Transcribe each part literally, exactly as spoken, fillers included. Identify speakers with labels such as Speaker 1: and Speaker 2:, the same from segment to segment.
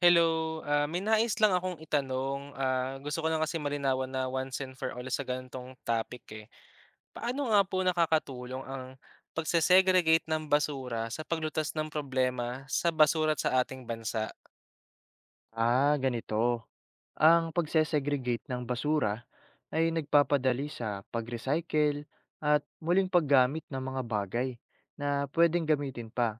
Speaker 1: Hello, ah, may nais lang akong itanong. Ah, gusto ko lang kasi malinawan na once and for all sa ganitong topic eh. Paano nga po nakakatulong ang pagsesegregate ng basura sa paglutas ng problema sa basura at sa ating bansa?
Speaker 2: Ah, ganito. Ang pagsesegregate ng basura ay nagpapadali sa pag-recycle at muling paggamit ng mga bagay na pwedeng gamitin pa.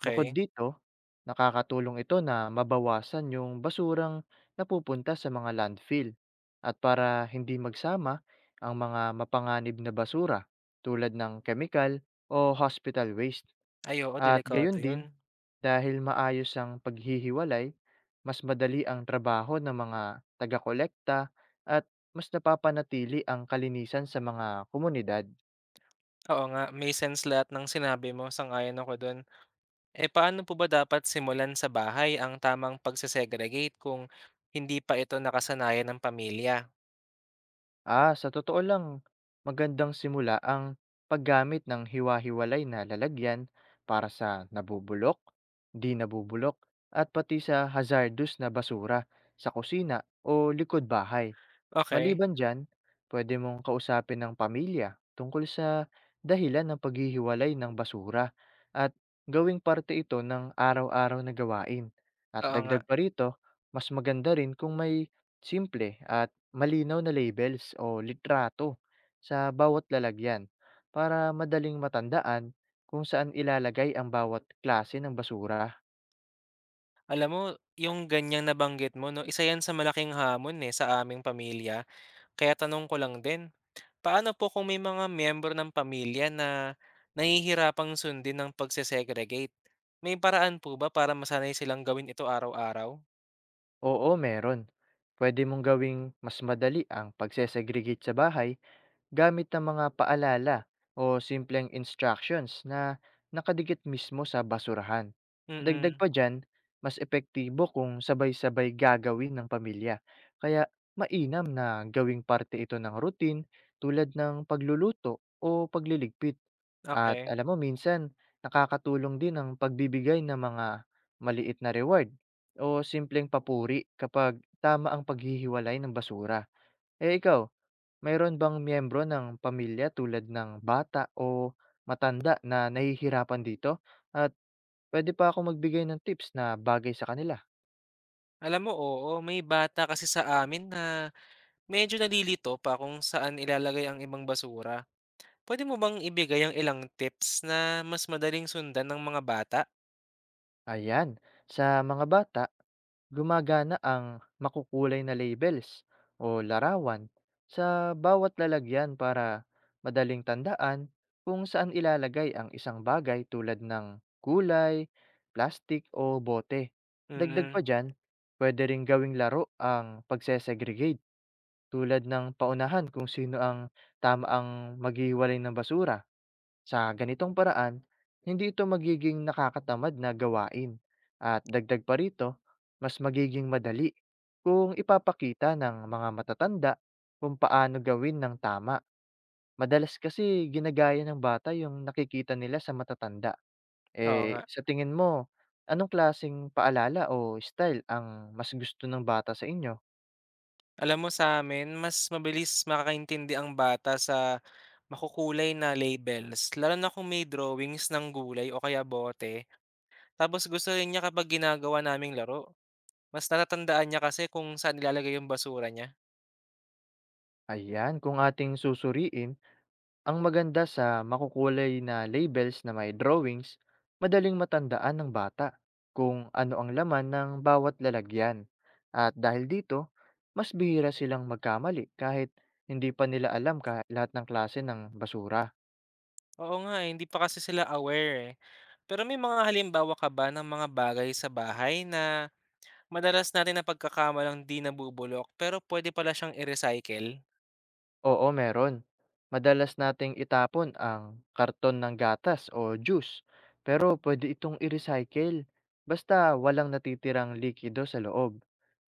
Speaker 2: Bukod dito, nakakatulong ito na mabawasan yung basurang napupunta sa mga landfill at para hindi magsama ang mga mapanganib na basura tulad ng chemical o hospital waste.
Speaker 1: Ay, oo,
Speaker 2: At
Speaker 1: delikado
Speaker 2: gayon
Speaker 1: 'yun.
Speaker 2: din, dahil maayos ang paghihiwalay, mas madali ang trabaho ng mga taga-kolekta at mas napapanatili ang kalinisan sa mga komunidad.
Speaker 1: Oo nga, may sense lahat ng sinabi mo, sang-ayon ako do'n. Eh, paano po ba dapat simulan sa bahay ang tamang pagsesegregate kung hindi pa ito nakasanayan ng pamilya?
Speaker 2: Ah, sa totoo lang, magandang simula ang paggamit ng hiwa-hiwalay na lalagyan para sa nabubulok, di nabubulok, at pati sa hazardous na basura sa kusina o likod bahay.
Speaker 1: Okay,
Speaker 2: Maliban diyan, pwede mong kausapin ng pamilya tungkol sa dahilan ng paghihiwalay ng basura at gawing parte ito ng araw-araw na gawain. At
Speaker 1: oo nga.
Speaker 2: dagdag pa rito, mas maganda rin kung may simple at malinaw na labels o litrato sa bawat lalagyan para madaling matandaan kung saan ilalagay ang bawat klase ng basura.
Speaker 1: Alam mo, yung ganyang nabanggit mo 'no, isa 'yan sa malaking hamon, eh, sa aming pamilya. Kaya tanong ko lang din, paano po kung may mga miyembro ng pamilya na nahihirapang sundin ng pagse-segregate? May paraan po ba para masanay silang gawin ito araw-araw?
Speaker 2: Oo, meron. Pwede mong gawing mas madali ang pagsesegregate sa bahay gamit ang mga paalala o simpleng instructions na nakadikit mismo sa basurahan. Dagdag
Speaker 1: Mm,
Speaker 2: pa dyan, mas epektibo kung sabay-sabay gagawin ng pamilya. Kaya mainam na gawing parte ito ng routine tulad ng pagluluto o pagliligpit. At
Speaker 1: okay.
Speaker 2: alam mo minsan, nakakatulong din ang pagbibigay ng mga maliit na reward o simpleng papuri kapag tama ang paghihiwalay ng basura. Eh ikaw, mayroon bang miyembro ng pamilya tulad ng bata o matanda na nahihirapan dito? At pwede pa ako magbigay ng tips na bagay sa kanila.
Speaker 1: Alam mo, oo, may bata kasi sa amin na medyo nalilito pa kung saan ilalagay ang ibang basura. Pwede mo bang ibigay ang ilang tips na mas madaling sundan ng mga bata?
Speaker 2: Ayan, sa mga bata, gumagana ang makukulay na labels o larawan sa bawat lalagyan para madaling tandaan kung saan ilalagay ang isang bagay tulad ng kulay, plastic o bote. Dagdag
Speaker 1: Mm,
Speaker 2: pa dyan, pwede ring gawing laro ang pagsesegregate tulad ng paunahan kung sino ang tama ang maghihiwalay ng basura. Sa ganitong paraan, hindi ito magiging nakakatamad na gawain. At dagdag pa rito, mas magiging madali kung ipapakita ng mga matatanda kung paano gawin ng tama. Madalas kasi ginagaya ng bata yung nakikita nila sa matatanda.
Speaker 1: oo
Speaker 2: Eh,
Speaker 1: nga.
Speaker 2: sa tingin mo, anong klasing paalala o style ang mas gusto ng bata sa inyo?
Speaker 1: Alam mo sa amin mas mabilis makakaintindi ang bata sa makukulay na labels, lalo na kung may drawings ng gulay o kaya bote. Tapos gusto rin niya kapag ginagawa naming laro. Mas natatandaan niya kasi kung saan nilalagay yung basura niya.
Speaker 2: Ayan, kung ating susuriin, ang maganda sa makukulay na labels na may drawings, madaling matandaan ng bata kung ano ang laman ng bawat lalagyan. At dahil dito, mas bihira silang magkamali kahit hindi pa nila alam ka lahat ng klase ng basura.
Speaker 1: Oo nga, eh, hindi pa kasi sila aware, eh. Pero may mga halimbawa ka ba ng mga bagay sa bahay na madalas natin na pagkakamalang 'di nabubulok pero puwede pala siyang i-recycle?
Speaker 2: Oo, meron. Madalas nating itapon ang karton ng gatas o juice, pero pwede itong i-recycle basta walang natitirang likido sa loob.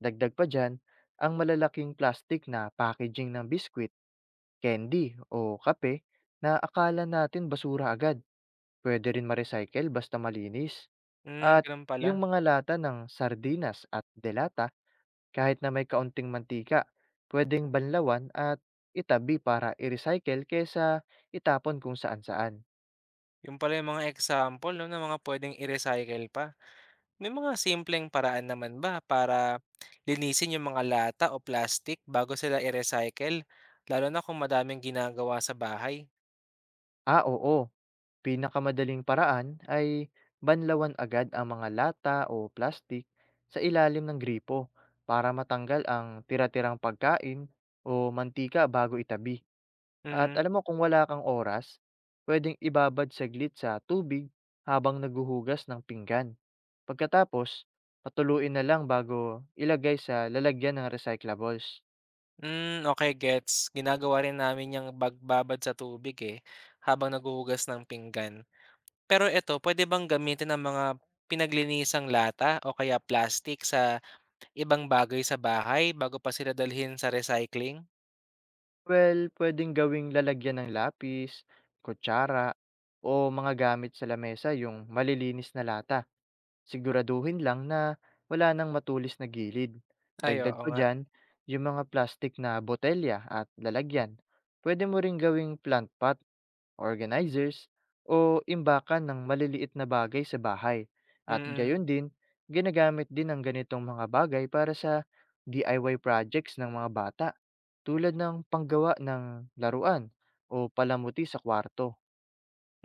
Speaker 2: Dagdag pa dyan, ang malalaking plastic na packaging ng biskwit, candy o kape na akala natin basura agad, pwede rin ma-recycle basta malinis.
Speaker 1: Hmm,
Speaker 2: At
Speaker 1: gano'n
Speaker 2: yung
Speaker 1: pala.
Speaker 2: mga lata ng sardinas at delata kahit na may kaunting mantika, pwedeng banlawan at itabi para i-recycle kaysa itapon kung saan-saan.
Speaker 1: Yun pala yung mga example 'no, ng mga puwedeng i-recycle pa. May mga simpleng paraan naman ba para linisin yung mga lata o plastic bago sila i-recycle? Lalo na kung madaming ginagawa sa bahay.
Speaker 2: Ah, oo. Pinakamadaling paraan ay banlawan agad ang mga lata o plastik sa ilalim ng gripo para matanggal ang tira-tirang pagkain o mantika bago itabi. At
Speaker 1: Mm,
Speaker 2: alam mo kung wala kang oras, pwedeng ibabad saglit sa tubig habang naghuhugas ng pinggan. Pagkatapos, patuluin na lang bago ilagay sa lalagyan ng recyclables.
Speaker 1: hmm, okay gets. Ginagawa rin namin yung pagbabad sa tubig, eh, habang naghuhugas ng pinggan. Pero eto, puwede bang gamitin ang mga pinaglinisang lata o kaya plastic sa ibang bagay sa bahay bago pa sila dalhin sa recycling?
Speaker 2: Well, pwedeng gawing lalagyan ng lapis, kutsara, o mga gamit sa lamesa yung malilinis na lata. Siguraduhin lang na wala nang matulis na gilid.
Speaker 1: Ay,
Speaker 2: Dagdag
Speaker 1: oo
Speaker 2: pa
Speaker 1: nga.
Speaker 2: diyan, yung mga plastic na botelya at lalagyan. Pwede mo ring gawing plant pot organizers, o imbakan ng maliliit na bagay sa bahay.
Speaker 1: Mm,
Speaker 2: At gayon
Speaker 1: mm.
Speaker 2: din, ginagamit din ang ganitong mga bagay para sa D I Y projects ng mga bata tulad ng panggawa ng laruan o palamuti sa kwarto.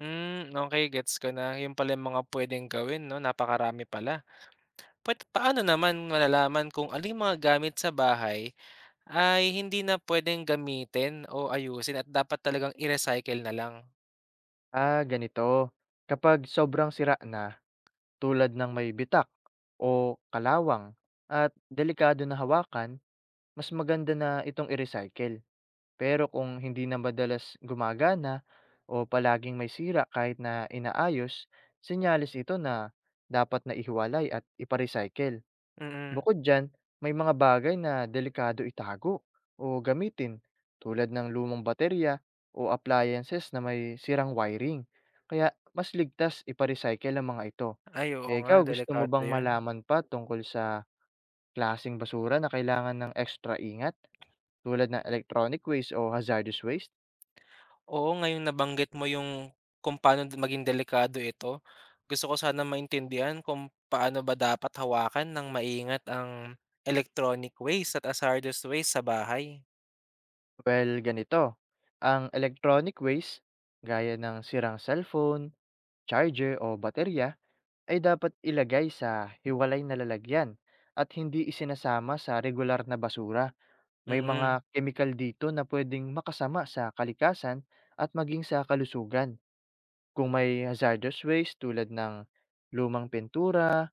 Speaker 1: Hmm, okey gets ko na. Yung pala yung mga pwedeng gawin 'no, napakarami pala. Puwed paano naman malalaman kung alin mga gamit sa bahay ay hindi na pwedeng gamitin o ayusin at dapat talagang i-recycle na lang?
Speaker 2: Ah, ganito. Kapag sobrang sira na, tulad ng may bitak o kalawang at delikado na hawakan, mas maganda na itong i-recycle. Pero kung hindi na madalas gumagana o palaging may sira kahit na inaayos, senyales ito na dapat na ihiwalay at ipa-recycle.
Speaker 1: Mm.
Speaker 2: Bukod dyan, may mga bagay na delikado itago o gamitin tulad ng lumang baterya o appliances na may sirang wiring. Kaya mas ligtas ipa-recycle ang mga ito.
Speaker 1: Ay, oo
Speaker 2: Eh,
Speaker 1: nga,
Speaker 2: ikaw, gusto mo
Speaker 1: delikado
Speaker 2: bang
Speaker 1: yan.
Speaker 2: malaman pa tungkol sa klasing basura na kailangan ng extra ingat tulad ng electronic waste o hazardous waste?
Speaker 1: Oo, ngayong nabanggit mo yung kung paano d- maging delikado ito, gusto ko sana maintindihan kung paano ba dapat hawakan ng maingat ang electronic waste at hazardous waste sa bahay?
Speaker 2: Well, ganito. Ang electronic waste, gaya ng sirang cellphone, charger o baterya, ay dapat ilagay sa hiwalay na lalagyan at hindi isinasama sa regular na basura. May
Speaker 1: Mm.
Speaker 2: mga chemical dito na pwedeng makasama sa kalikasan at maging sa kalusugan. Kung may hazardous waste tulad ng lumang pintura,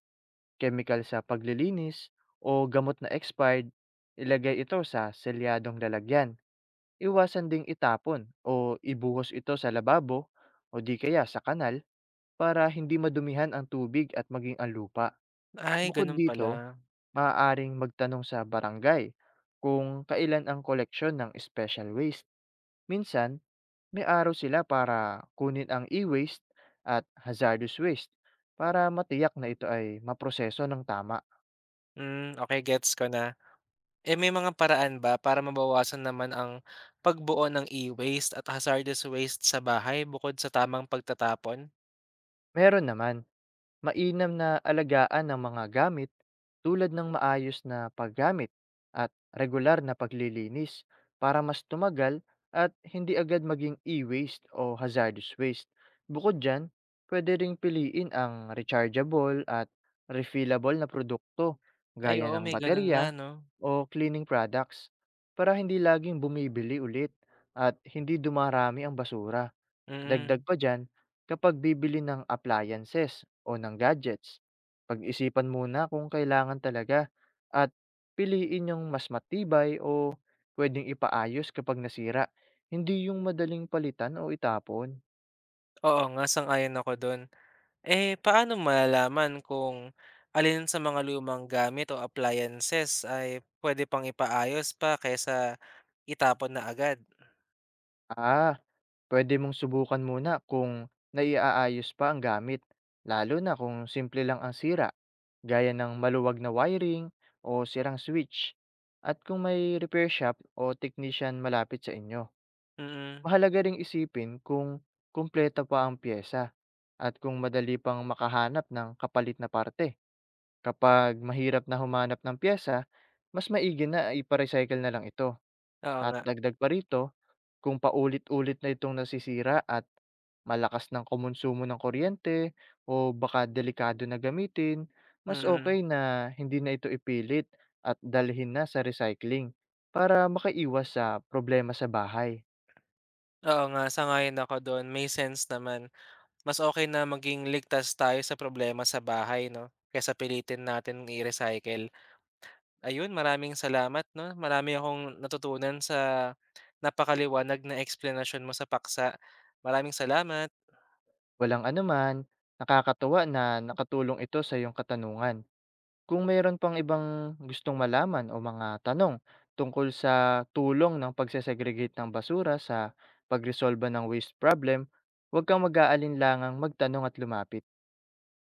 Speaker 2: chemical sa paglilinis, o gamot na expired, ilagay ito sa selyadong lalagyan. Iwasan ding itapon o ibuhos ito sa lababo o di kaya sa kanal para hindi madumihan ang tubig at maging ang lupa.
Speaker 1: Ay,
Speaker 2: Bukod
Speaker 1: ganun pala.
Speaker 2: dito, maaaring magtanong sa barangay kung kailan ang koleksyon ng special waste. Minsan, may araw sila para kunin ang e-waste at hazardous waste para matiyak na ito ay maproseso ng tama.
Speaker 1: Hmm, okay gets ko na. Eh, may mga paraan ba para mabawasan naman ang pagbuo ng e-waste at hazardous waste sa bahay bukod sa tamang pagtatapon?
Speaker 2: Meron naman. Mainam na alagaan ng mga gamit tulad ng maayos na paggamit at regular na paglilinis para mas tumagal at hindi agad maging e-waste o hazardous waste. Bukod dyan, pwede ring piliin ang rechargeable at refillable na produkto
Speaker 1: Ay,
Speaker 2: gaya
Speaker 1: oo,
Speaker 2: ng
Speaker 1: may ganun nga
Speaker 2: baterya
Speaker 1: 'no?
Speaker 2: o cleaning products para hindi laging bumibili ulit at hindi dumarami ang basura. Dagdag
Speaker 1: Mm.
Speaker 2: pa diyan, kapag bibili ng appliances o ng gadgets, pag-isipan muna kung kailangan talaga at piliin yung mas matibay o pwedeng ipaayos kapag nasira, hindi yung madaling palitan o itapon.
Speaker 1: Oo nga, sang-ayon ako dun. Eh, paano malalaman kung alin sa mga lumang gamit o appliances ay pwede pang ipaayos pa kaysa itapon na agad?
Speaker 2: Ah, pwede mong subukan muna kung naiaayos pa ang gamit, lalo na kung simple lang ang sira, gaya ng maluwag na wiring o sirang switch, at kung may repair shop o technician malapit sa inyo.
Speaker 1: Mm,
Speaker 2: Mahalaga ring isipin kung kumpleto pa ang piyesa at kung madali pang makahanap ng kapalit na parte. Kapag mahirap na humanap ng piyesa, mas maigi na ipa-recycle na lang ito.
Speaker 1: oo
Speaker 2: At
Speaker 1: nga.
Speaker 2: dagdag pa rito, kung paulit-ulit na itong nasisira at malakas ng kumonsumo ng kuryente o baka delikado na gamitin, mas
Speaker 1: Mm.
Speaker 2: okay na hindi na ito ipilit at dalhin na sa recycling para makaiwas sa problema sa bahay.
Speaker 1: Oo nga, sang-ayon ako dun, may sense naman. Mas okay na maging ligtas tayo sa problema sa bahay 'no, kaysa pilitin natin i-recycle. Ayun, maraming salamat 'no, marami akong natutunan sa napakaliwanag na explanation mo sa paksa. Maraming salamat.
Speaker 2: Walang anuman, nakakatuwa na nakatulong ito sa iyong katanungan. Kung mayroon pang ibang gustong malaman o mga tanong tungkol sa tulong ng pagsesegregate ng basura sa pagresolba ng waste problem, huwag kang mag-aalinlangang magtanong at lumapit.